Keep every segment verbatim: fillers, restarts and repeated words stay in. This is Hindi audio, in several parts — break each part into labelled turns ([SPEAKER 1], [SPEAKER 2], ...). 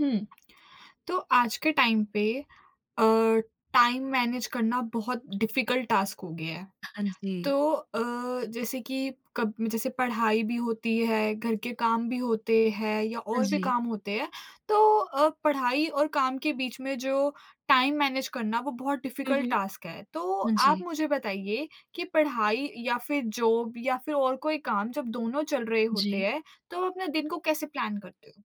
[SPEAKER 1] हुँ, तो आज के टाइम पे अ, टाइम मैनेज करना बहुत डिफ़िकल्ट टास्क हो गया है।
[SPEAKER 2] हाँ जी।
[SPEAKER 1] तो अ, जैसे कि कब जैसे पढ़ाई भी होती है, घर के काम भी होते हैं या
[SPEAKER 2] हाँ
[SPEAKER 1] और भी
[SPEAKER 2] जी।
[SPEAKER 1] काम होते हैं, तो अ, पढ़ाई और काम के बीच में जो टाइम मैनेज करना वो बहुत
[SPEAKER 2] हुँ,
[SPEAKER 1] डिफ़िकल्ट
[SPEAKER 2] हुँ।
[SPEAKER 1] टास्क है। तो
[SPEAKER 2] हाँ जी।
[SPEAKER 1] आप मुझे बताइए कि पढ़ाई या फिर जॉब या फिर और कोई काम जब दोनों चल रहे
[SPEAKER 2] हाँ
[SPEAKER 1] होते
[SPEAKER 2] जी।
[SPEAKER 1] हैं, तो आप अपने दिन को कैसे प्लान करते हो?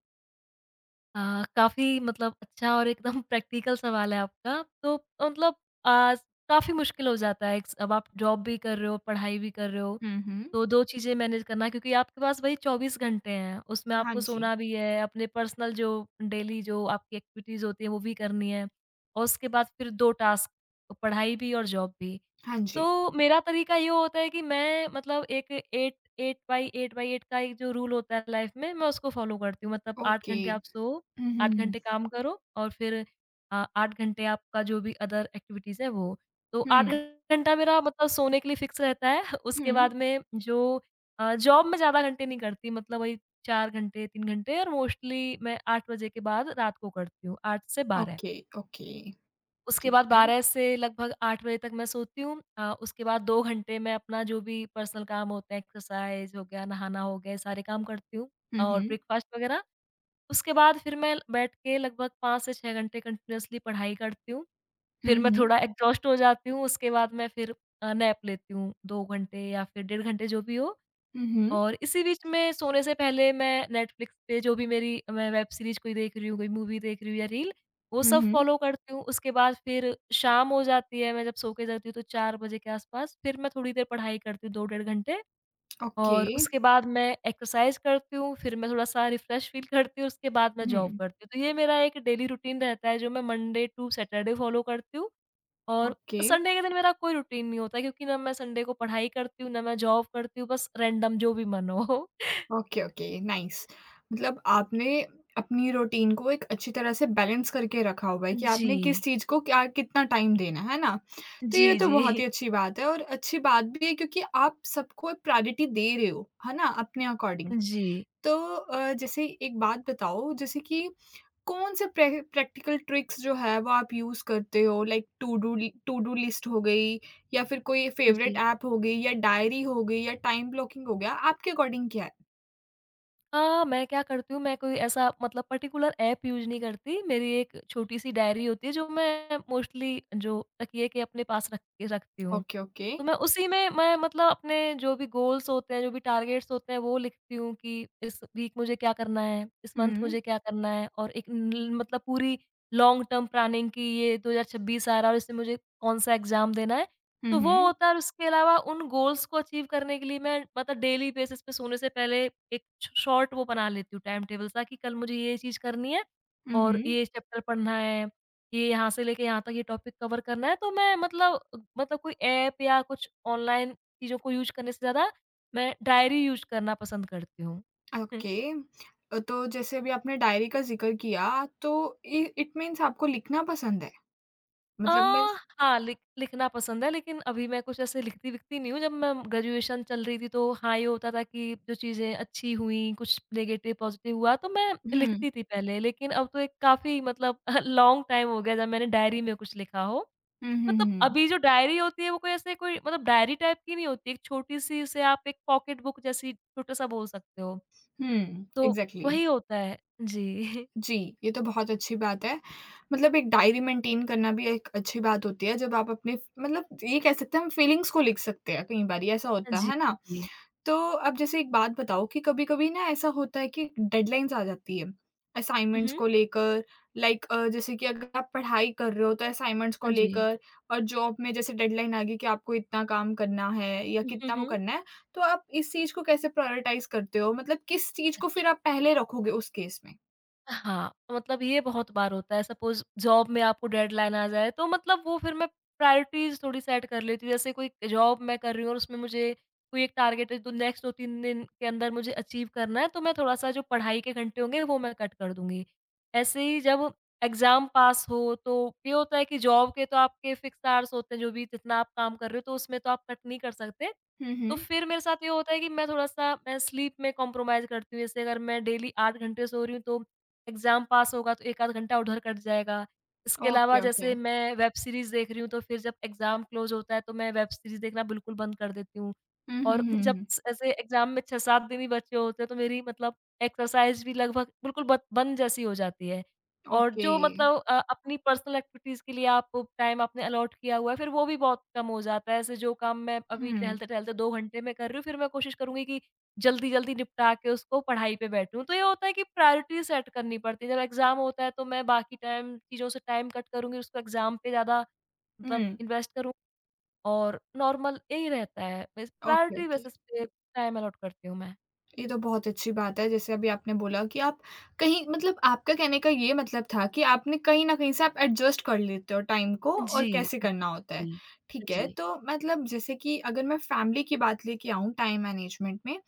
[SPEAKER 2] अ, काफ़ी मतलब अच्छा और एकदम प्रैक्टिकल सवाल है आपका। तो मतलब अ, काफ़ी मुश्किल हो जाता है, एक- अब आप जॉब भी कर रहे हो, पढ़ाई भी कर रहे हो,
[SPEAKER 1] हुँ, हुँ।
[SPEAKER 2] तो दो चीज़ें मैनेज करना क्योंकि आपके पास वही चौबीस घंटे हैं, उसमें
[SPEAKER 1] हाँ
[SPEAKER 2] आपको
[SPEAKER 1] जी,
[SPEAKER 2] सोना भी है, अपने पर्सनल जो डेली जो आपकी एक्टिविटीज़ होती हैं वो भी करनी है और उसके बाद फिर दो टास्क, तो पढ़ाई भी और जॉब भी।
[SPEAKER 1] हाँ जी।
[SPEAKER 2] तो मेरा तरीका ये होता है कि मैं मतलब एक आठ, आठ बाई आठ बाई आठ का एक जो रूल होता है लाइफ़ में, मैं उसको फ़ॉलो करती हूँ। मतलब आठ
[SPEAKER 1] ओके।
[SPEAKER 2] घंटे आप सोओ
[SPEAKER 1] हुँ,
[SPEAKER 2] आठ
[SPEAKER 1] हुँ,
[SPEAKER 2] घंटे काम करो और फिर अ, आठ घंटे आपका जो भी अदर एक्टिविटीज़ है वो। तो आठ
[SPEAKER 1] हुँ।
[SPEAKER 2] घंटा मेरा मतलब सोने के लिए फिक्स रहता है।
[SPEAKER 1] हुँ,
[SPEAKER 2] उसके
[SPEAKER 1] हुँ।
[SPEAKER 2] बाद में जो अ, जॉब मैं ज़्यादा घंटे नहीं करती मतलब वही चार घंटे, तीन घंटे और मोस्टली मैं आठ बजे के बाद रात को करती हूँ, आठ से बारह।
[SPEAKER 1] ओके, ओके,
[SPEAKER 2] उसके
[SPEAKER 1] ठीक
[SPEAKER 2] बाद
[SPEAKER 1] है।
[SPEAKER 2] बारह से लगभग आठ बजे तक मैं सोती हूँ। अ, उसके बाद दो घंटे मैं अपना जो भी पर्सनल काम होते हैं, एक्सरसाइज़ हो गया, नहाना हो गया, ये सारे काम करती हूँ
[SPEAKER 1] हुँ,
[SPEAKER 2] और
[SPEAKER 1] हुँ।
[SPEAKER 2] ब्रेकफ़ास्ट वगैरह। उसके बाद फिर मैं बैठ के लगभग पाँच से छह घंटे कंटिन्यूअसली पढ़ाई करती हूँ। फिर
[SPEAKER 1] हुँ,
[SPEAKER 2] मैं
[SPEAKER 1] हुँ।
[SPEAKER 2] थोड़ा एग्ज़ॉस्ट हो जाती हूँ, उसके बाद मैं फिर अ, नैप लेती हूँ दो घंटे या फिर डेढ़ घंटे जो भी हो
[SPEAKER 1] हुँ, हुँ।
[SPEAKER 2] और इसी बीच में सोने से पहले मैं नेटफ्लिक्स पे जो भी मेरी मैं वेब सीरीज़ कोई देख रही हूँ, कोई मूवी देख रही हूँ या रील, वो
[SPEAKER 1] हुँ,
[SPEAKER 2] सब
[SPEAKER 1] हुँ।
[SPEAKER 2] फ़ॉलो करती हूँ। उसके बाद फिर शाम हो जाती है, मैं जब सो के जाती हूँ तो चार बजे के आस-पास फिर मैं थोड़ी देर पढ़ाई करती हूँ दो डेढ़ घंटे।
[SPEAKER 1] ओके।
[SPEAKER 2] और उसके बाद मैं एक्सरसाइज़ करती हूँ, फिर मैं थोड़ा-सा रिफ़्रेश फ़ील करती हूँ, उसके बाद मैं जॉब
[SPEAKER 1] हुँ,
[SPEAKER 2] करती हूँ। तो ये मेरा एक डेली रूटीन रहता है, जो मैं मंडे टू सैटरडे फ़ॉलो करती हूँ और
[SPEAKER 1] ओके।
[SPEAKER 2] संडे के दिन मेरा कोई रूटीन नहीं होता क्योंकि ना मैं संडे को पढ़ाई करती हूँ, ना मैं जॉब करती हूँ, बस रैंडम जो भी मन हो।
[SPEAKER 1] Okay, okay, nice. मतलब आपने अपनी रूटीन को एक अच्छी तरह से बैलेंस करके रखा हुआ है कि
[SPEAKER 2] जी।
[SPEAKER 1] आपने किस चीज़ को क्या कितना टाइम देना है, है ना? तो ये
[SPEAKER 2] जी,
[SPEAKER 1] तो
[SPEAKER 2] जी।
[SPEAKER 1] बहुत ही अच्छी बात है और अच्छी बात भी है क्योंकि आप सबको प्रायोरिटी दे रहे हो, है ना? अपने अकॉर्डिंग।
[SPEAKER 2] जी,
[SPEAKER 1] तो अ, जैसे एक बात बताओ जैसे कि कौन से प्रैक प्रैक्टिकल ट्रिक्स जो है वो आप यूज़ करते हो? लाइक टू डू लि टू डू लिस्ट हो गई या फिर कोई फेवरेट
[SPEAKER 2] जी।
[SPEAKER 1] ऐप हो गई या डायरी हो गई या टाइम ब्लॉकिंग हो गया, आपके अकॉर्डिंग क्या है?
[SPEAKER 2] अ, मैं क्या करती हूँ, मैं कोई ऐसा मतलब पर्टिकुलर ऐप यूज़ नहीं करती। मेरी एक छोटी-सी डायरी होती है, जो मैं मोस्टली जो तकिए के अपने पास रख के रखती हूँ।
[SPEAKER 1] Okay, okay.
[SPEAKER 2] तो मैं उसी में मैं मतलब अपने जो भी गोल्स होते हैं, जो भी टारगेट्स होते हैं, वो लिखती हूँ कि इस वीक मुझे क्या करना है, इस मंथ
[SPEAKER 1] हुँ,
[SPEAKER 2] मुझे क्या करना है और एक ल मतलब पूरी लॉन्ग टर्म प्लानिंग कि ये दो हज़ार छब्बीस आ रहा है और इसमें मुझे कौन-सा एग्ज़ाम देना है।
[SPEAKER 1] हुँ,
[SPEAKER 2] तो वो
[SPEAKER 1] हुँ।
[SPEAKER 2] होता है और उसके अलावा उन गोल्स को अचीव करने के लिए मैं मतलब डेली बेसिस पे सोने से पहले एक श शॉर्ट वो बना लेती हूँ टाइम टेबल सा कि कल मुझे ये चीज़ करनी है
[SPEAKER 1] हुँ,
[SPEAKER 2] और
[SPEAKER 1] हुँ।
[SPEAKER 2] ये चैप्टर पढ़ना है, ये यहाँ से लेके यहाँ तक ये टॉपिक कवर करना है। तो मैं मतलब अ, मतलब कोई ऐप या कुछ ऑनलाइन चीज़ों को यूज़ करने से ज़्यादा मैं डायरी यूज़ करना पसंद करती हूँ।
[SPEAKER 1] ओके। अ, तो जैसे अभी आपने डायरी का ज़िक्र किया तो इ इट मीन्स आपको लिखना पसंद है?
[SPEAKER 2] अ,
[SPEAKER 1] मतलब मैं
[SPEAKER 2] हाँ, लिख लिखना पसंद है, लेकिन अभी मैं कुछ ऐसे लिखती-विखती नहीं हूँ। जब मैं ग्रेजुएशन चल रही थी, तो हाँ, ये होता था कि जो चीज़ें अच्छी हुईं, कुछ नेगेटिव, पॉज़िटिव हुआ, तो मैं
[SPEAKER 1] हुँ।
[SPEAKER 2] लिखती थी पहले। लेकिन अब तो एक काफ़ी मतलब लॉन्ग टाइम हो गया, जब मैंने डायरी में कुछ लिखा हो।
[SPEAKER 1] हुँ, हुँ, हुँ,
[SPEAKER 2] मतलब
[SPEAKER 1] हुँ।
[SPEAKER 2] अभी जो डायरी होती है, वो कोई ऐसे कोई मतलब डायरी टाइप की नहीं होती, एक छोटी-सी, उसे आप एक पॉकेट बुक जैसी छोटा-सा बोल सकते हो।
[SPEAKER 1] हुँ,
[SPEAKER 2] तो
[SPEAKER 1] एग्ज़ैक्टली।
[SPEAKER 2] वही होता है। जी।
[SPEAKER 1] जी, ये तो बहुत अच्छी बात है। मतलब एक डायरी मेंटेन करना भी एक अच्छी बात होती है, जब आप अपने मतलब ये कह सकते हैं हम फीलिंग्स को लिख सकते हैं कई बारी ऐसा
[SPEAKER 2] हाँ
[SPEAKER 1] होता है,
[SPEAKER 2] जी,
[SPEAKER 1] है ना?
[SPEAKER 2] जी।
[SPEAKER 1] तो अब जैसे एक बात बताओ कि कभी-कभी ना ऐसा होता है कि डेडलाइन्स आ जाती है,
[SPEAKER 2] हुँ,
[SPEAKER 1] असाइनमेंट्स
[SPEAKER 2] हुँ।
[SPEAKER 1] को लेकर लाइक अ, जैसे कि अगर आप पढ़ाई कर रहे हो तो असाइनमेंट्स को
[SPEAKER 2] हाँ जी।
[SPEAKER 1] लेकर और जॉब में जैसे डेडलाइन आ गई कि आपको इतना काम करना है या
[SPEAKER 2] हुँ, हुँ,
[SPEAKER 1] कितना वो
[SPEAKER 2] हुँ।
[SPEAKER 1] करना है, तो आप इस चीज़ को कैसे प्रायोरिटाइज़ करते हो? मतलब किस चीज़ को फिर
[SPEAKER 2] अच्छा।
[SPEAKER 1] आप पहले रखोगे उस केस में?
[SPEAKER 2] हाँ, मतलब ये बहुत बार होता है सपोज़ जॉब में आपको डेडलाइन आ जाए तो मतलब वो फिर मैं प्रायोरिटीज़ थोड़ी सेट कर लेती हूँ। जैसे कोई जॉब मैं कर रही हूँ और उसमें मुझे कोई एक टारगेट है जो नेक्स्ट दो तीन दिन के अंदर मुझे अचीव करना है तो मैं थोड़ा-सा जो पढ़ाई के घंटे होंगे वो मैं कट कर दूँगी। ऐसे ही जब एग्ज़ाम पास हो तो ये होता है कि जॉब के तो आपके फ़िक्स आवर्स होते हैं जो भी जितना आप काम कर रहे हो तो उसमें तो आप कट नहीं कर सकते।
[SPEAKER 1] हुँ,
[SPEAKER 2] तो
[SPEAKER 1] हुँ।
[SPEAKER 2] फिर मेरे साथ ये होता है कि मैं थोड़ा-सा मैं स्लीप में कॉम्प्रोमाइज़ करती हूँ। जैसे अगर मैं डेली आठ घंटे सो रही हूँ तो एग्ज़ाम पास होगा तो एक आध घंटा उधर कट जाएगा। इसके अलावा
[SPEAKER 1] Okay. Okay.
[SPEAKER 2] जैसे मैं वेब सीरीज़ देख रही हूँ, तो फिर जब एग्ज़ाम क्लोज़ होता है, तो मैं वेब सीरीज़ देखना बिल्कुल बंद कर देती हूँ।
[SPEAKER 1] Hmm.
[SPEAKER 2] और जब
[SPEAKER 1] Hmm.
[SPEAKER 2] स ऐसे एग्ज़ाम में छह सात दिन ही बचे होते हैं, तो मेरी मतलब एक्सरसाइज़ भी लगभग बिल्कुल बत बंद जैसी हो जाती है। और जो
[SPEAKER 1] Okay.
[SPEAKER 2] मतलब अ, अपनी पर्सनल एक्टिविटीज़ के लिए आप टाइम आपने अलॉट किया हुआ है, फिर वो भी बहुत कम हो जाता है। ऐसे जो काम मैं अभी
[SPEAKER 1] Hmm.
[SPEAKER 2] टहलते-टहलते दो घंटे में कर रही हूँ, फिर मैं कोशिश करूँगी कि जल्दी-जल्दी निपटा के उसको पढ़ाई पे बैठूँ। तो ये होता है कि प्रायोरिटी सेट करनी पड़ती है। जब एग्ज़ाम होता है, तो मैं बाकी टाइम चीज़ों से टाइम कट करूँगी, उसको एग्ज़ाम पे ज़्यादा मतलब
[SPEAKER 1] Hmm.
[SPEAKER 2] इन्वेस्ट करूँ और नॉर्मल यही रहता है, बस
[SPEAKER 1] Okay.
[SPEAKER 2] Priority
[SPEAKER 1] Okay.
[SPEAKER 2] बेसिस पे टाइम अलॉट करती हूँ मैं।
[SPEAKER 1] ये तो बहुत अच्छी बात है, जैसे अभी आपने बोला कि आप कहीं मतलब आपका कहने का ये मतलब था कि आपने कहीं न कहीं से आप एडजस्ट कर लेते हो टाइम को और
[SPEAKER 2] जी,
[SPEAKER 1] कैसे करना होता है।
[SPEAKER 2] जी,
[SPEAKER 1] ठीक है,
[SPEAKER 2] जी।
[SPEAKER 1] तो मतलब जैसे कि अगर मैं फैमिली की बात लेके आऊँ टाइम मैनेजमेंट में,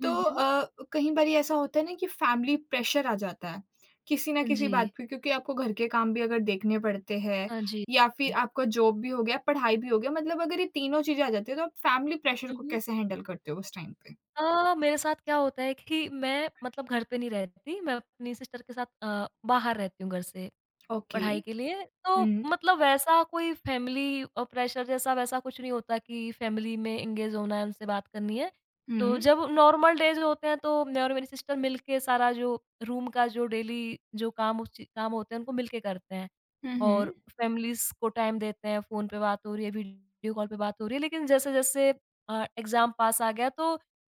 [SPEAKER 2] हुँ,
[SPEAKER 1] तो
[SPEAKER 2] हुँ।
[SPEAKER 1] अ, कई बारी ऐसा होता है ना कि फैमिली प्रेशर आ जाता है, किसी न किसी
[SPEAKER 2] जी।
[SPEAKER 1] बात पे क्योंकि आपको घर के काम भी अगर देखने पड़ते हैं
[SPEAKER 2] हाँ जी,
[SPEAKER 1] या फिर
[SPEAKER 2] जी।
[SPEAKER 1] आपका जॉब भी हो गया, पढ़ाई भी हो गया मतलब अगर ये तीनों चीज़ें आ जाती हैं, तो आप फैमिली प्रेशर
[SPEAKER 2] हुँ,
[SPEAKER 1] को
[SPEAKER 2] हुँ।
[SPEAKER 1] कैसे हैंडल करते हो उस टाइम पे?
[SPEAKER 2] अ, मेरे साथ क्या होता है कि मैं मतलब घर पे नहीं रहती, मैं अपनी सिस्टर के साथ अ, बाहर रहती हूँ घर से।
[SPEAKER 1] ओके।
[SPEAKER 2] पढ़ाई के लिए। तो
[SPEAKER 1] हुँ।
[SPEAKER 2] मतलब वैसा कोई फैमिली अ, प्रेशर जैसा वैसा कुछ नहीं होता कि फैमिली में एंगेज होना है, उनसे बात करनी है।
[SPEAKER 1] हुँ।
[SPEAKER 2] तो जब नॉर्मल डेज़ होते हैं तो मैं और मेरी सिस्टर मिल के सारा जो रूम का जो डेली जो काम उस ची काम होते हैं उनको मिल के करते हैं।
[SPEAKER 1] हुँ,
[SPEAKER 2] और
[SPEAKER 1] हुँ।
[SPEAKER 2] फैमिलीज़ को टाइम देते हैं, फ़ोन पे बात हो रही है, वीडियो कॉल पे बात हो रही है। लेकिन जैसे-जैसे अ, एग्ज़ाम पास आ गया तो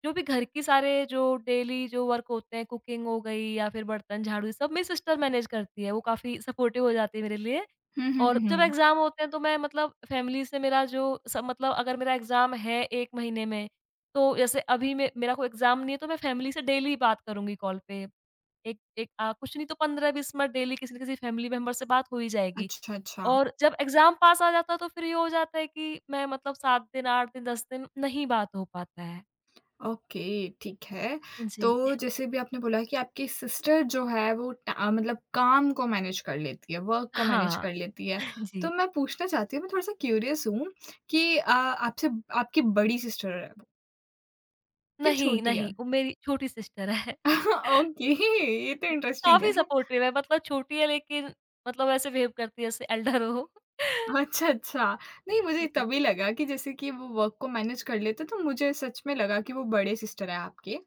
[SPEAKER 2] जो भी घर की सारे जो डेली जो वर्क होते हैं, कुकिंग हो गई या फिर बर्तन झाड़ू, सब मेरी सिस्टर मैनेज करती है, वो काफ़ी सपोर्टिव हो जाती है मेरे लिए।
[SPEAKER 1] हुँ, हुँ,
[SPEAKER 2] और
[SPEAKER 1] हुँ,
[SPEAKER 2] जब
[SPEAKER 1] हुँ।
[SPEAKER 2] एग्ज़ाम होते हैं तो मैं मतलब फैमिली से मेरा जो सब मतलब अगर मेरा एग्ज़ाम है एक महीने में, तो जैसे अभी मे मेरा कोई एग्ज़ाम नहीं है तो मैं फैमिली से डेली बात करूँगी कॉल पे। एक एक अ, कुछ नहीं तो पंद्रह बीस मिनट डेली किसी न किसी फैमिली मेंबर से बात हो ही जाएगी।
[SPEAKER 1] अच्छा, अच्छा।
[SPEAKER 2] और जब एग्ज़ाम पास आ जाता है तो फिर ये हो जाता है कि मैं मतलब सात दिन, आठ दिन, दस दिन नहीं बात हो पाता है।
[SPEAKER 1] ओके, ठीक है।
[SPEAKER 2] जी।
[SPEAKER 1] तो जैसे भी आपने बोला कि आपकी सिस्टर जो है वो टा मतलब काम को मैनेज कर लेती है, वर्क को मैनेज
[SPEAKER 2] हाँ,
[SPEAKER 1] कर लेती है। तो
[SPEAKER 2] जी।
[SPEAKER 1] मैं पूछना चाहती हूँ, मैं थोड़ा-सा क्यूरियस हूँ कि अ, आपसे आपकी बड़ी सिस्टर है वो या
[SPEAKER 2] नहीं,
[SPEAKER 1] छोटी है?
[SPEAKER 2] नहीं, वो मेरी छोटी सिस्टर है।
[SPEAKER 1] ओके, ये तो इंटरेस्टिंग
[SPEAKER 2] काफ़ी
[SPEAKER 1] है।
[SPEAKER 2] सपोर्टिव है मतलब छोटी है लेकिन मतलब ऐसे बिहेव करती है जैसे एल्डर हो।
[SPEAKER 1] अच्छा, अच्छा। नहीं मुझे
[SPEAKER 2] जी।
[SPEAKER 1] तभी लगा कि जैसे कि वो वर्क को मैनेज कर लेते हैं, तो मुझे सच में लगा कि वो बड़े सिस्टर है आपके।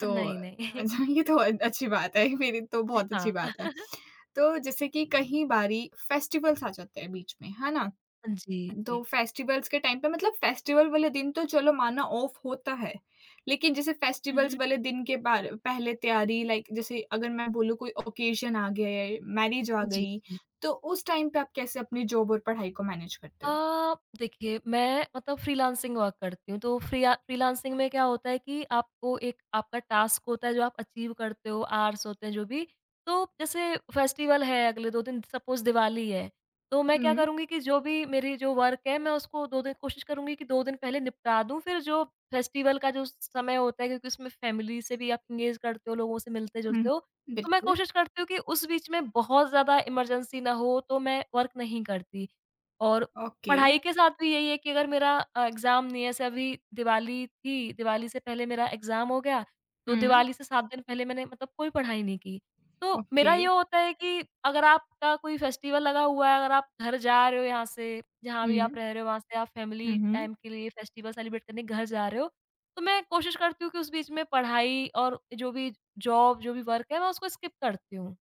[SPEAKER 1] तो
[SPEAKER 2] नहीं, नहीं।
[SPEAKER 1] अच्छा ये तो अ, अच्छी बात है, मेरी तो बहुत अच्छी
[SPEAKER 2] हाँ।
[SPEAKER 1] बात है। तो जैसे कि कई बारी फेस्टिवल्स आ जाते हैं बीच में, है ना?
[SPEAKER 2] जी, जी।
[SPEAKER 1] तो फेस्टिवल्स के टाइम पे मतलब फेस्टिवल वाले दिन तो चलो माना ऑफ होता है, लेकिन जैसे
[SPEAKER 2] हुँ,
[SPEAKER 1] फेस्टिवल्स
[SPEAKER 2] हुँ।
[SPEAKER 1] वाले दिन के बार पहले तैयारी लाइक जैसे अगर मैं बोलूँ कोई ओकेज़न आ गया, मैरिज आ
[SPEAKER 2] जी,
[SPEAKER 1] गई,
[SPEAKER 2] जी।
[SPEAKER 1] तो उस टाइम पे आप कैसे अपनी जॉब और पढ़ाई को मैनेज करते हो?
[SPEAKER 2] अ, देखिए मैं मतलब फ्रीलांसिंग वर्क करती हूँ तो फ्रीया फ्रीलांसिंग में क्या होता है कि आपको एक आपका टास्क होता है जो आप अचीव करते हो, आवर्स होते हैं जो भी। तो जैसे फेस्टिवल है अगले दो दिन सपोज़ दिवाली है, तो मैं क्या
[SPEAKER 1] हुँ,
[SPEAKER 2] करूँगी कि जो भी मेरी जो वर्क है मैं उसको दो दिन कोशिश करूँगी कि दो दिन पहले निपटा दूँ फिर जो फेस्टिवल का जो समय होता है क्योंकि उसमें फैमिली से भी आप एंगेज करते हो, लोगों से
[SPEAKER 1] हुँ।
[SPEAKER 2] मिलते-जुलते हो। तो मैं
[SPEAKER 1] बिल्कुल,
[SPEAKER 2] कोशिश करती हूँ कि उस बीच में बहुत ज़्यादा इमरजेंसी ना हो तो मैं वर्क नहीं करती। और
[SPEAKER 1] ओके।
[SPEAKER 2] पढ़ाई के साथ भी यही है कि अगर मेरा अ, एग्ज़ाम नहीं है, जैसे अभी दिवाली थी, दिवाली से पहले मेरा एग्ज़ाम हो गया, तो
[SPEAKER 1] हुँ,
[SPEAKER 2] दिवाली से सात दिन पहले मैंने मतलब कोई पढ़ाई नहीं की। तो
[SPEAKER 1] ओके।
[SPEAKER 2] मेरा ये होता है कि अगर आपका कोई फेस्टिवल लगा हुआ है, अगर आप घर जा रहे हो यहाँ से, जहाँ भी आप
[SPEAKER 1] हुँ,
[SPEAKER 2] रह रहे हो, वहाँ से आप
[SPEAKER 1] हुँ,
[SPEAKER 2] फैमिली
[SPEAKER 1] हुँ।
[SPEAKER 2] टाइम के लिए फेस्टिवल सेलिब्रेट करने घर जा रहे हो, तो मैं कोशिश करती हूँ कि उस बीच में पढ़ाई और जो भी जॉब, जो भी वर्क है, मैं उसको स्किप करती हूँ।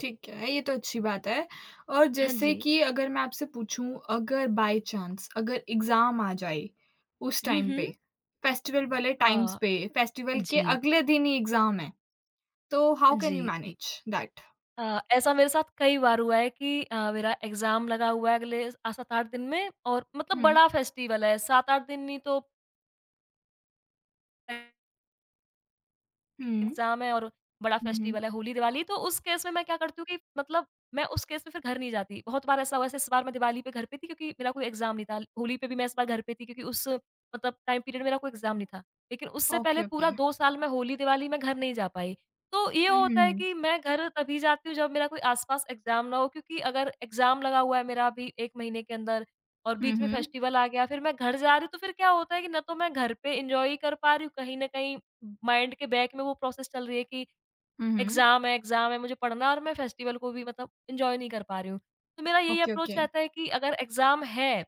[SPEAKER 1] ठीक है, ये तो अच्छी बात है और
[SPEAKER 2] हाँ
[SPEAKER 1] जैसे
[SPEAKER 2] जी।
[SPEAKER 1] कि अगर मैं आपसे पूछूँ अगर बाय चांस अगर एग्ज़ाम आ जाए, उस
[SPEAKER 2] हुँ,
[SPEAKER 1] टाइम
[SPEAKER 2] हुँ।
[SPEAKER 1] पे, फेस्टिवल वाले टाइम्स
[SPEAKER 2] हाँ।
[SPEAKER 1] पे, फेस्टिवल के
[SPEAKER 2] जी।
[SPEAKER 1] अगले दिन ही एग्ज़ाम है, तो हाउ कैन
[SPEAKER 2] जी,
[SPEAKER 1] यू
[SPEAKER 2] जी।
[SPEAKER 1] Manage that?
[SPEAKER 2] हाँ, ऐसा मेरे साथ कई बार हुआ है कि अ, मेरा एग्ज़ाम लगा हुआ है अगले सात आठ दिन में और मतलब
[SPEAKER 1] हुँ,
[SPEAKER 2] बड़ा फेस्टिवल है, सात आठ दिन नहीं तो
[SPEAKER 1] हुँ,
[SPEAKER 2] एग्ज़ाम है और बड़ा
[SPEAKER 1] हुँ, हुँ।
[SPEAKER 2] फेस्टिवल है होली-दिवाली, तो उस केस में मैं क्या करती हूँ कि मतलब मैं उस केस में फिर घर नहीं जाती। बहुत बार ऐसा हुआ जैसे इस बार मैं दिवाली पे घर पे थी क्योंकि मेरा कोई एग्ज़ाम नहीं था। होली पे भी मैं इस बार घर पे थी क्योंकि उस मतलब टाइम पीरियड मेरा कोई एग्ज़ाम नहीं था। लेकिन उससे पहले
[SPEAKER 1] ओके, ओके।
[SPEAKER 2] पूरा दो साल मैं होली-दिवाली में घर नहीं जा पाई। तो ये
[SPEAKER 1] हुँ, हुँ,
[SPEAKER 2] होता है
[SPEAKER 1] हुँ।
[SPEAKER 2] कि मैं घर तभी जाती हूँ जब मेरा कोई आस-पास एग्ज़ाम ना हो क्योंकि अगर एग्ज़ाम लगा हुआ है मेरा अभी एक महीने के अंदर और
[SPEAKER 1] हुँ,
[SPEAKER 2] बीच में
[SPEAKER 1] हुँ।
[SPEAKER 2] फेस्टिवल आ गया, फिर मैं घर जा रही हूँ, तो फिर क्या होता है कि ना तो मैं घर पे एन्जॉय कर पा रही हूँ कहीं न कहीं माइंड के बैक में वो प्रोसेस चल रही है कि
[SPEAKER 1] हुँ, हुँ।
[SPEAKER 2] एग्ज़ाम है एग्ज़ाम है, मुझे पढ़ना है और मैं फेस्टिवल को भी मतलब एन्जॉय नहीं कर पा रही हूँ। तो मेरा यही
[SPEAKER 1] ओके,
[SPEAKER 2] अप्रोच
[SPEAKER 1] ओके।
[SPEAKER 2] रहता है कि अगर एग्ज़ाम है,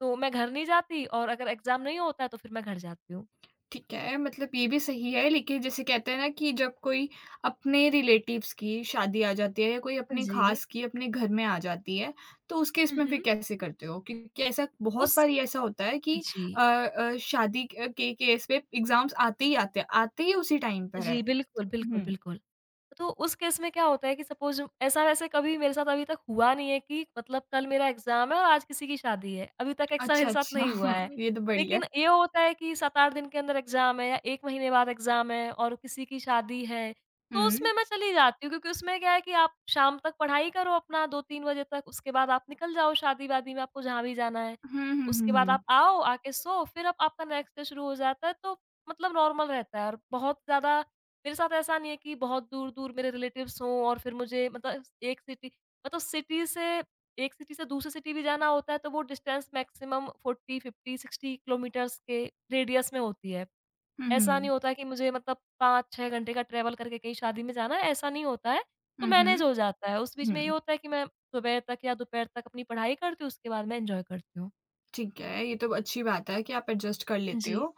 [SPEAKER 2] तो मैं घर नहीं जाती और अगर एग्ज़ाम नहीं होता है, तो फिर मैं घर जाती हूँ।
[SPEAKER 1] ठीक है, मतलब ये भी सही है लेकिन जैसे कहते हैं ना कि जब कोई अपने रिलेटिव्स की शादी आ जाती है या कोई
[SPEAKER 2] हाँ
[SPEAKER 1] अपने
[SPEAKER 2] जी।
[SPEAKER 1] ख़ास की अपने घर में आ जाती है, तो उस केस
[SPEAKER 2] हुँ,
[SPEAKER 1] में फिर
[SPEAKER 2] हुँ।
[SPEAKER 1] कैसे करते हो? क्योंकि ऐसा बहुत
[SPEAKER 2] उस
[SPEAKER 1] बार ये ऐसा होता है कि
[SPEAKER 2] जी।
[SPEAKER 1] अ अ, शादी क के केस पे एग्ज़ाम्स आते ही आते हैं, आते ही उसी टाइम पर है।
[SPEAKER 2] जी, बिल्कुल, बिल्कुल,
[SPEAKER 1] हुँ,
[SPEAKER 2] बिल्कुल। तो उस केस में क्या होता है कि सपोज़ ऐसा वैसे कभी मेरे साथ अभी तक हुआ नहीं है कि मतलब कल मेरा एग्ज़ाम है और आज किसी की शादी है, अभी तक ऐसा मेरे
[SPEAKER 1] अच्छा,
[SPEAKER 2] साथ
[SPEAKER 1] अच्छा,
[SPEAKER 2] नहीं हुआ है।
[SPEAKER 1] ये तो बढ़िया।
[SPEAKER 2] लेकिन ये होता है कि सात आठ दिन के अंदर एग्ज़ाम है या एक महीने बाद एग्ज़ाम है और किसी की शादी है, तो उसमें
[SPEAKER 1] हुँ।
[SPEAKER 2] मैं चली जाती हूँ क्योंकि उसमें क्या है कि आप शाम तक पढ़ाई करो अपना दो तीन बजे तक, उसके बाद आप निकल जाओ शादी-वादी में आपको जहाँ भी जाना है।
[SPEAKER 1] हुँ, हुँ,
[SPEAKER 2] उसके
[SPEAKER 1] हुँ,
[SPEAKER 2] बाद
[SPEAKER 1] हुँ।
[SPEAKER 2] आप आओ, आके सो, फिर आप आपका नेक्स्ट डे शुरू हो जाता है, तो मतलब नॉर्मल रहता है और बहुत ज़्यादा मेरे साथ ऐसा नहीं है कि बहुत दूर-दूर मेरे रिलेटिव्स हों और फिर मुझे मतलब एक सिटी मतलब सिटी से एक सिटी से दूसरी सिटी भी जाना होता है तो वो डिस्टेंस मैक्सिमम चालीस, पचास, साठ किलोमीटर्स के रेडियस में होती है।
[SPEAKER 1] हुँ,
[SPEAKER 2] ऐसा नहीं
[SPEAKER 1] हुँ।
[SPEAKER 2] होता कि मुझे मतलब पाँच छह घंटे का ट्रैवल करके कहीं शादी में जाना है, ऐसा नहीं होता है। तो
[SPEAKER 1] हुँ,
[SPEAKER 2] मैनेज
[SPEAKER 1] हुँ।
[SPEAKER 2] हो जाता है। उस बीच में ये
[SPEAKER 1] हुँ।
[SPEAKER 2] होता है कि मैं सुबह तक या दोपहर तक अपनी पढ़ाई करती हूँ, उसके बाद मैं एन्जॉय करती हूँ।
[SPEAKER 1] ठीक है, ये तो अच्छी बात है कि आप एडजस्ट कर लेते
[SPEAKER 2] जी,
[SPEAKER 1] हो।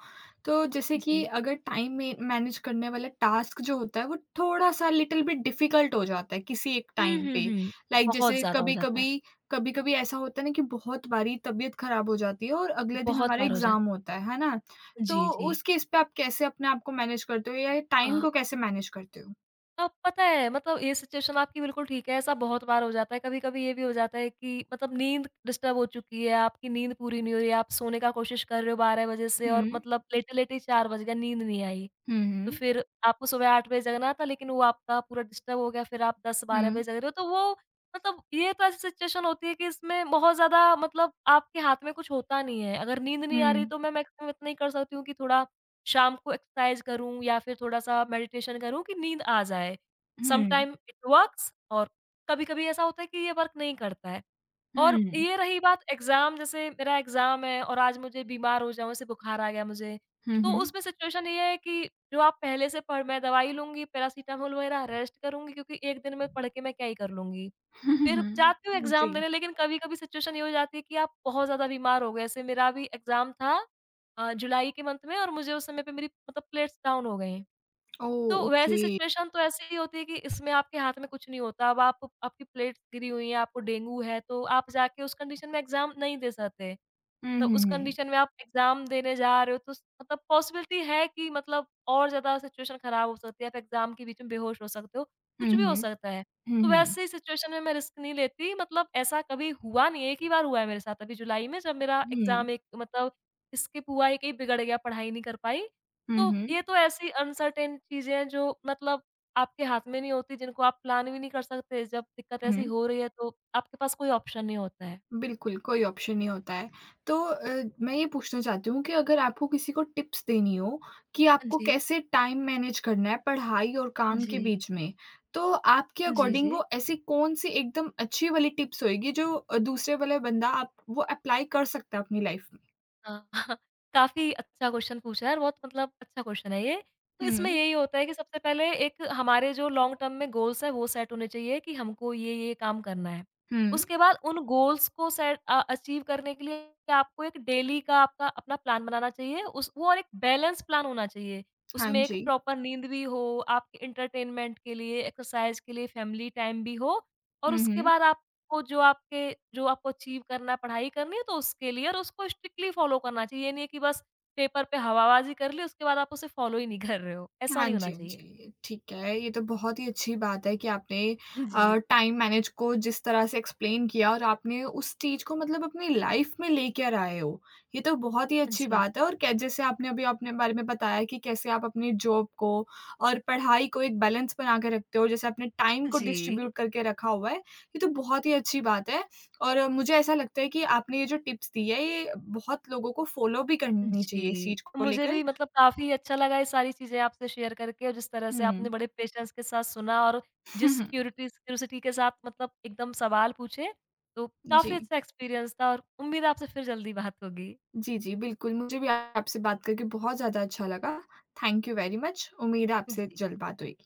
[SPEAKER 1] तो जैसे कि
[SPEAKER 2] जी।
[SPEAKER 1] अगर टाइम में मैनेज करने वाला टास्क जो होता है, वो थोड़ा-सा लिटिल बिट डिफ़िकल्ट हो जाता है किसी एक
[SPEAKER 2] हुँ,
[SPEAKER 1] टाइम
[SPEAKER 2] हुँ,
[SPEAKER 1] पे।
[SPEAKER 2] हुँ।
[SPEAKER 1] लाइक
[SPEAKER 2] बहुत
[SPEAKER 1] जैसे
[SPEAKER 2] ज़्यादा हो जाता है।
[SPEAKER 1] कभी-कभी कभी-कभी ऐसा होता है ना कि बहुत बारी तबीयत ख़राब हो जाती है और अगले दिन
[SPEAKER 2] बहुत
[SPEAKER 1] हमारा
[SPEAKER 2] बार हो
[SPEAKER 1] एग्ज़ाम
[SPEAKER 2] जाता
[SPEAKER 1] होता है, है ना?
[SPEAKER 2] है। जी,
[SPEAKER 1] तो
[SPEAKER 2] जी।
[SPEAKER 1] उस केस पे आप कैसे अपने आप को मैनेज करते हो या टाइम
[SPEAKER 2] हाँ।
[SPEAKER 1] को कैसे मैनेज करते हो?
[SPEAKER 2] अब पता है मतलब ये सिचुएशन आपकी बिल्कुल ठीक है, ऐसा बहुत बार हो जाता है। कभी-कभी ये भी हो जाता है कि मतलब नींद डिस्टर्ब हो चुकी है, आपकी नींद पूरी नहीं हो रही है, आप सोने का कोशिश कर रहे हो बारह बजे से और
[SPEAKER 1] हुँ।
[SPEAKER 2] मतलब लेटे-लेटे ही चार बज गए, नींद नहीं आई।
[SPEAKER 1] हुँ,
[SPEAKER 2] तो
[SPEAKER 1] हुँ।
[SPEAKER 2] फिर आपको सुबह आठ बजे जगना था लेकिन वो आपका पूरा डिस्टर्ब हो गया, फिर आप दस बारह बजे
[SPEAKER 1] हुँ,
[SPEAKER 2] जग रहे हो तो वो मतलब ये तो ऐसी सिचुएशन होती है कि इसमें बहुत ज़्यादा मतलब आपके हाथ में कुछ होता नहीं है। अगर नींद
[SPEAKER 1] हुँ,
[SPEAKER 2] नहीं आ रही
[SPEAKER 1] हुँ,
[SPEAKER 2] तो मैं मैक्सिमम इतना ही कर सकती हूँ कि थोड़ा शाम को एक्सरसाइज़ करूँ या फिर थोड़ा-सा मेडिटेशन करूँ कि नींद आ जाए।
[SPEAKER 1] हुँ,
[SPEAKER 2] समटाइम इट वर्क्स और कभी-कभी ऐसा होता है कि ये वर्क नहीं करता है। और
[SPEAKER 1] हुँ,
[SPEAKER 2] ये रही बात एग्ज़ाम जैसे मेरा एग्ज़ाम है और आज मुझे बीमार हो जाऊँ, जैसे बुखार आ गया मुझे, तो
[SPEAKER 1] हुँ,
[SPEAKER 2] उसमें सिचुएशन ये है कि जो आप पहले से पढ़ मैं दवाई लूँगी, पैरासिटामोल वगैरह रेस्ट करूँगी क्योंकि एक दिन में पढ़ के मैं क्या ही कर लूँगी।
[SPEAKER 1] हुँ,
[SPEAKER 2] फिर जाती हूँ
[SPEAKER 1] हुँ, जी।
[SPEAKER 2] एग्ज़ाम देने लेकिन कभी-कभी सिचुएशन ये हो जाती है कि आप बहुत ज़्यादा बीमार हो गए, जैसे मेरा अभी एग्ज़ाम था अ, जुलाई के मंथ में और मुझे उस समय पे मेरी मतलब प्लेट्स डाउन हो गई।
[SPEAKER 1] Oh,
[SPEAKER 2] तो वैसी
[SPEAKER 1] ओके।
[SPEAKER 2] सिचुएशन तो ऐसी ही होती है कि इसमें आपके हाथ में कुछ नहीं होता। अब आप आपकी प्लेट्स गिरी हुई हैं, आपको डेंगू है, तो आप जाके उस कंडीशन में एग्ज़ाम नहीं दे सकते।
[SPEAKER 1] हुँ,
[SPEAKER 2] तो
[SPEAKER 1] हुँ,
[SPEAKER 2] उस
[SPEAKER 1] हुँ।
[SPEAKER 2] कंडीशन में आप एग्ज़ाम देने जा रहे हो तो स मतलब पॉसिबिलिटी है कि मतलब और ज़्यादा सिचुएशन ख़राब हो सकती है, आप एग्ज़ाम के बीच में बेहोश हो सकते हो,
[SPEAKER 1] हुँ,
[SPEAKER 2] कुछ भी हो
[SPEAKER 1] हुँ।
[SPEAKER 2] सकता है।
[SPEAKER 1] हुँ,
[SPEAKER 2] तो
[SPEAKER 1] हुँ।
[SPEAKER 2] वैसे ही सिचुएशन में मैं रिस्क नहीं लेती मतलब ऐसा कभी हुआ नहीं है, एक ही बार हुआ है मेरे साथ अभी जुलाई में जब मेरा
[SPEAKER 1] हुँ।
[SPEAKER 2] एग्ज़ाम एक मतलब स्किप हुआ, एक ही बिगड़ गया, पढ़ाई नहीं कर पाई। तो
[SPEAKER 1] हुँ, हुँ।
[SPEAKER 2] ये तो ऐसी अनसर्टेन चीज़ें हैं जो मतलब आपके हाथ में नहीं होती, जिनको आप प्लान भी नहीं कर सकते, जब दिक्कत ऐसी
[SPEAKER 1] हुँ।
[SPEAKER 2] हो रही है तो आपके पास कोई ऑप्शन नहीं होता है।
[SPEAKER 1] बिल्कुल, कोई ऑप्शन नहीं होता है। तो अ, मैं ये पूछना चाहती हूँ कि अगर आपको किसी को टिप्स देनी हो कि
[SPEAKER 2] हाँ
[SPEAKER 1] आपको
[SPEAKER 2] जी,
[SPEAKER 1] कैसे टाइम मैनेज करना है पढ़ाई और काम
[SPEAKER 2] जी।
[SPEAKER 1] के बीच में, तो आपके
[SPEAKER 2] जी,
[SPEAKER 1] अकॉर्डिंग
[SPEAKER 2] जी।
[SPEAKER 1] वो ऐसी कौन-सी एकदम अच्छी वाली टिप्स होएगी जो अ, दूसरे वाला बंदा आप वो अप्लाई कर सकता है अपनी लाइफ़ में?
[SPEAKER 2] हाँ, काफ़ी अच्छा क्वेश्चन पूछा है और बहुत मतलब अच्छा क्वेश्चन है ये। तो इसमें
[SPEAKER 1] हुँ।
[SPEAKER 2] यही होता है कि सबसे पहले एक हमारे जो लॉन्ग टर्म में गोल्स हैं वो सेट होने चाहिए कि हमको ये, ये काम करना है।
[SPEAKER 1] हुँ।
[SPEAKER 2] उसके बाद उन गोल्स को सेट अ, अचीव करने के लिए आपको एक डेली का आपका अपना प्लान बनाना चाहिए। उस वो और एक बैलेंस प्लान होना चाहिए।
[SPEAKER 1] हाँ
[SPEAKER 2] उसमें एक
[SPEAKER 1] जी।
[SPEAKER 2] प्रॉपर नींद भी हो, आपके एंटरटेनमेंट के लिए, एक्सरसाइज़ के लिए, फैमिली टाइम भी हो और
[SPEAKER 1] हुँ,
[SPEAKER 2] उसके
[SPEAKER 1] हुँ।
[SPEAKER 2] बाद आप आपको जो आपके जो आपको अचीव करना है, पढ़ाई करनी है, तो उसके लिए और उसको स्ट्रिक्टली फ़ॉलो करना चाहिए। ये नहीं है कि बस पेपर पे हवाबाज़ी कर ली, उसके बाद आप उसे फ़ॉलो ही नहीं कर रहे हो। ऐसा
[SPEAKER 1] हाँ
[SPEAKER 2] नहीं होना
[SPEAKER 1] जी, हाँ
[SPEAKER 2] चाहिए।
[SPEAKER 1] जी। ठीक है, ये तो बहुत ही अच्छी बात है कि आपने अ,
[SPEAKER 2] जी।
[SPEAKER 1] टाइम मैनेज को जिस तरह से एक्सप्लेन किया और आपने उस चीज़ को मतलब अपनी लाइफ़ में लेकर आए हो। ये तो बहुत ही अच्छी
[SPEAKER 2] जी।
[SPEAKER 1] बात है और कै जैसे आपने अभी अपने बारे में बताया कि कैसे आप अपनी जॉब को और पढ़ाई को एक बैलेंस बना के रखते हो, जैसे आपने टाइम को
[SPEAKER 2] जी।
[SPEAKER 1] डिस्ट्रीब्यूट करके रखा हुआ है, ये तो बहुत ही अच्छी बात है। और अ, मुझे ऐसा लगता है कि आपने ये जो टिप्स दी है, ये बहुत लोगों को फ़ॉलो भी करनी चाहिए इस
[SPEAKER 2] जी।
[SPEAKER 1] चीज़ को
[SPEAKER 2] मुझे
[SPEAKER 1] लेकर।
[SPEAKER 2] भी मतलब काफ़ी अच्छा लगा ये सारी चीज़ें आपसे शेयर करके और जिस तरह से आपने
[SPEAKER 1] हुँ।
[SPEAKER 2] बड़े पेशेंस के साथ सुना और जिस क्यूरिटीज़ क्यूरियोसिटी के साथ मतलब एकदम सवाल पूछे, तो
[SPEAKER 1] जी।
[SPEAKER 2] काफ़ी अच्छा एक्सपीरियंस था और उम्मीद है आपसे फिर जल्दी बात होगी।
[SPEAKER 1] जी, जी, बिल्कुल, मुझे भी आपसे बात करके बहुत ज़्यादा अच्छा लगा। Thank you very much. उम्मीद है आपसे
[SPEAKER 2] जी।
[SPEAKER 1] जल्द बात हुई।